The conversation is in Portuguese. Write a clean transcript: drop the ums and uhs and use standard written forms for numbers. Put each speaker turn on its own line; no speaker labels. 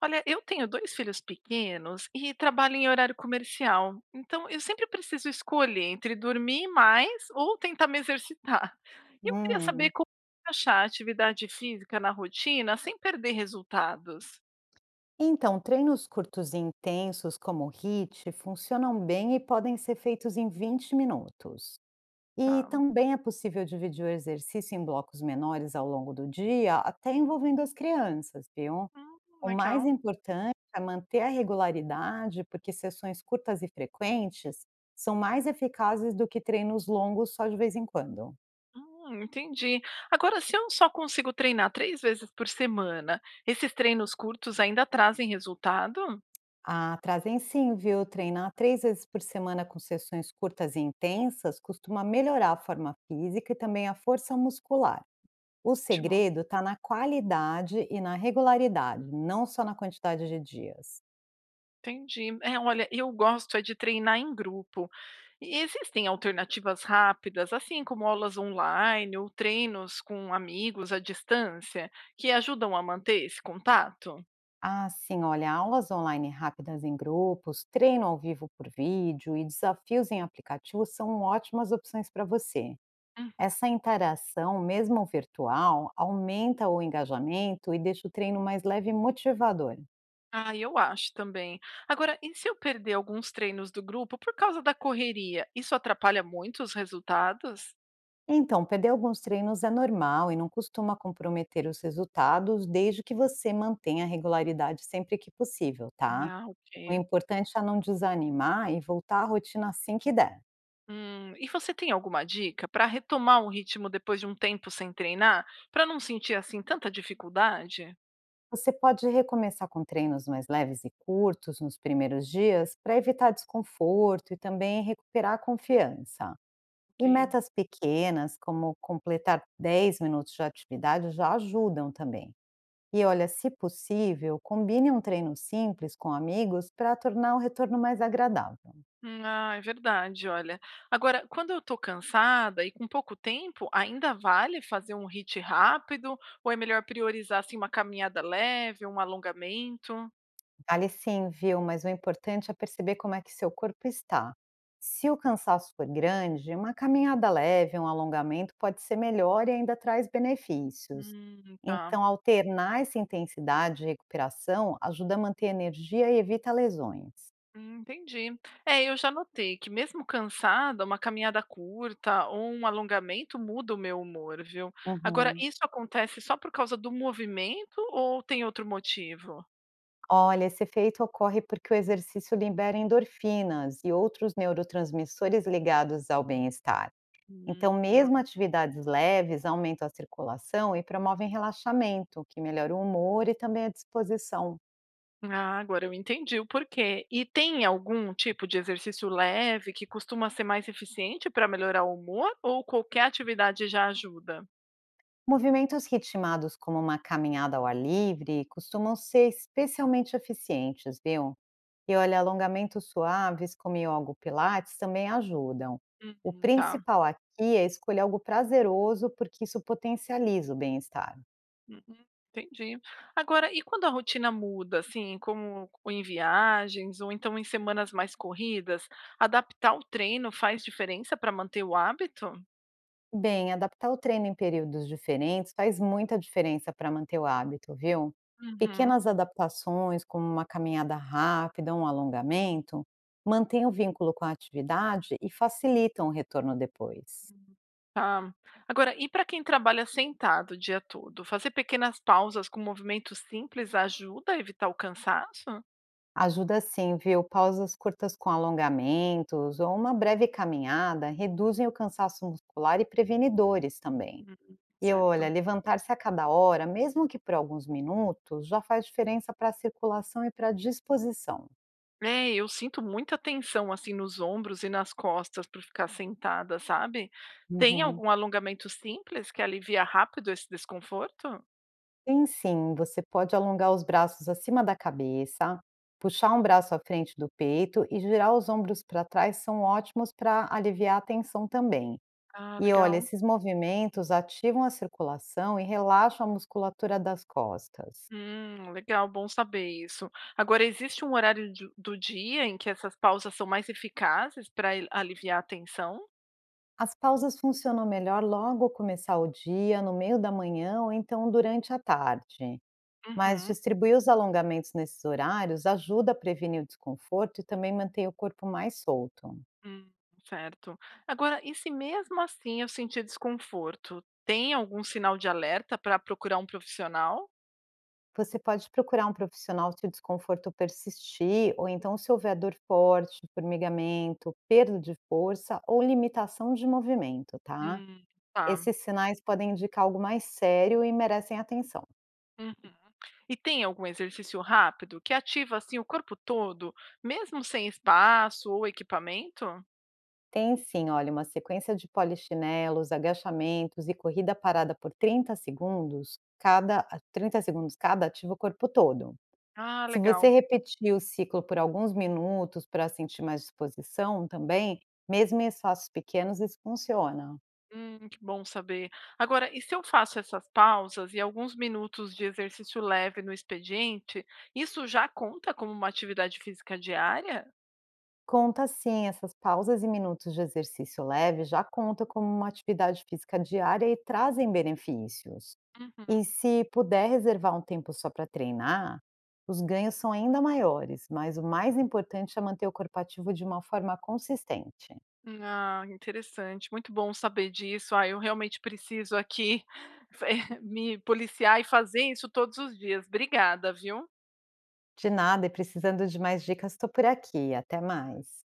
Olha, eu tenho 2 filhos pequenos e trabalho em horário comercial, então eu sempre preciso escolher entre dormir mais ou tentar me exercitar. E eu queria saber
Hum.
como achar atividade física na rotina sem perder resultados.
Então, treinos curtos e intensos, como o HIIT, funcionam bem e podem ser feitos em 20 minutos. E
Tá.
também é possível dividir o exercício em blocos menores ao longo do dia, até envolvendo as crianças, viu?
Hum,
O mais
Legal.
importante é manter a regularidade, porque sessões curtas e frequentes são mais eficazes do que treinos longos só de vez em quando.
Entendi. Agora, se eu só consigo treinar 3 vezes por semana, esses treinos curtos ainda trazem resultado?
Ah, trazem sim, viu? Treinar 3 vezes por semana com sessões curtas e intensas costuma melhorar a forma física e também a força muscular. O
Ótimo.
segredo está na qualidade e na regularidade, não só na quantidade de dias.
Entendi. É, olha, eu gosto é de treinar em grupo. E existem alternativas rápidas, assim como aulas online ou treinos com amigos à distância, que ajudam a manter esse contato?
Ah, sim, olha, aulas online rápidas em grupos, treino ao vivo por vídeo e desafios em aplicativos são ótimas opções para você.
Uhum.
Essa interação, mesmo virtual, aumenta o engajamento e deixa o treino mais leve e motivador.
Ah, eu acho também. Agora, e se eu perder alguns treinos do grupo por causa da correria, isso atrapalha muito os resultados?
Então, perder alguns treinos é normal e não costuma comprometer os resultados, desde que você mantenha a regularidade sempre que possível, tá?
Ah,
O
ok.
importante é não desanimar e voltar à rotina assim que der.
E você tem alguma dica para retomar o ritmo depois de um tempo sem treinar, para não sentir assim tanta dificuldade?
Você pode recomeçar com treinos mais leves e curtos nos primeiros dias para evitar desconforto e também recuperar a confiança. E
Ok.
metas pequenas, como completar 10 minutos de atividade, já ajudam também. E olha, se possível, combine um treino simples com amigos para tornar o retorno mais agradável.
Ah, é verdade, olha. Agora, quando eu tô cansada e com pouco tempo, ainda vale fazer um HIIT rápido ou é melhor priorizar assim uma caminhada leve, um alongamento?
Vale sim, viu? Mas o importante é perceber como é que seu corpo está. Se o cansaço for grande, uma caminhada leve, um alongamento pode ser melhor e ainda traz benefícios.
Tá.
Então, alternar essa intensidade de recuperação ajuda a manter a energia e evita lesões.
Entendi. É, eu já notei que mesmo cansada, uma caminhada curta ou um alongamento muda o meu humor, viu? Agora,
Uhum.
isso acontece só por causa do movimento ou tem outro motivo?
Olha, esse efeito ocorre porque o exercício libera endorfinas e outros neurotransmissores ligados ao bem-estar. Então,
Hum,
mesmo atividades leves aumentam a circulação e promovem relaxamento, que melhora o humor e também a disposição.
Ah, agora eu entendi o porquê. E tem algum tipo de exercício leve que costuma ser mais eficiente para melhorar o humor ou qualquer atividade já ajuda?
Movimentos ritmados, como uma caminhada ao ar livre, costumam ser especialmente eficientes, viu? E olha, alongamentos suaves, como yoga ou pilates, também ajudam. O
Uhum, tá.
principal aqui é escolher algo prazeroso, porque isso potencializa o bem-estar.
Uhum, entendi. Agora, e quando a rotina muda, assim, como em viagens ou então em semanas mais corridas, adaptar o treino faz diferença para manter o hábito?
Bem, adaptar o treino em períodos diferentes faz muita diferença para manter o hábito, viu?
Uhum.
Pequenas adaptações, como uma caminhada rápida, um alongamento, mantêm o vínculo com a atividade e facilitam o retorno depois.
Agora, e para quem trabalha sentado o dia todo, fazer pequenas pausas com movimentos simples ajuda a evitar o cansaço?
Ajuda sim, viu? Pausas curtas com alongamentos ou uma breve caminhada reduzem o cansaço muscular e previne dores também.
Uhum,
E
certo.
olha, levantar-se a cada hora, mesmo que por alguns minutos, já faz diferença para a circulação e para a disposição.
É, eu sinto muita tensão, assim, nos ombros e nas costas para ficar sentada, sabe. Tem
Uhum.
algum alongamento simples que alivia rápido esse desconforto?
Sim, sim, você pode alongar os braços acima da cabeça, puxar um braço à frente do peito e girar os ombros para trás são ótimos para aliviar a tensão também.
Ah,
E olha,
legal.
esses movimentos ativam a circulação e relaxam a musculatura das costas.
Legal, bom saber isso. Agora, existe um horário de do dia em que essas pausas são mais eficazes para aliviar a tensão?
As pausas funcionam melhor logo ao começar o dia, no meio da manhã ou então durante a tarde. Mas
Uhum,
distribuir os alongamentos nesses horários ajuda a prevenir o desconforto e também mantém o corpo mais solto.
hum, certo. Agora, e se mesmo assim eu sentir desconforto, tem algum sinal de alerta para procurar um profissional?
Você pode procurar um profissional se o desconforto persistir, ou então se houver dor forte, formigamento, perda de força ou limitação de movimento, tá?
Hum, tá.
Esses sinais podem indicar algo mais sério e merecem atenção.
Uhum. E tem algum exercício rápido que ativa assim o corpo todo, mesmo sem espaço ou equipamento?
Tem sim, olha, uma sequência de polichinelos, agachamentos e corrida parada por 30 segundos, cada a 30 segundos cada ativa o corpo todo.
Ah,
Se você
legal.
repetir o ciclo por alguns minutos para sentir mais disposição também, mesmo em espaços pequenos, isso funciona.
Que bom saber. Agora, e se eu faço essas pausas e alguns minutos de exercício leve no expediente, isso já conta como uma atividade física diária?
Conta sim, essas pausas e minutos de exercício leve já conta como uma atividade física diária e trazem benefícios.
Uhum.
E se puder reservar um tempo só para treinar, os ganhos são ainda maiores, mas o mais importante é manter o corpo ativo de uma forma consistente.
Ah, interessante. Muito bom saber disso. Ah, eu realmente preciso aqui me policiar e fazer isso todos os dias. Obrigada, viu?
De nada, e precisando de mais dicas, estou por aqui. Até mais.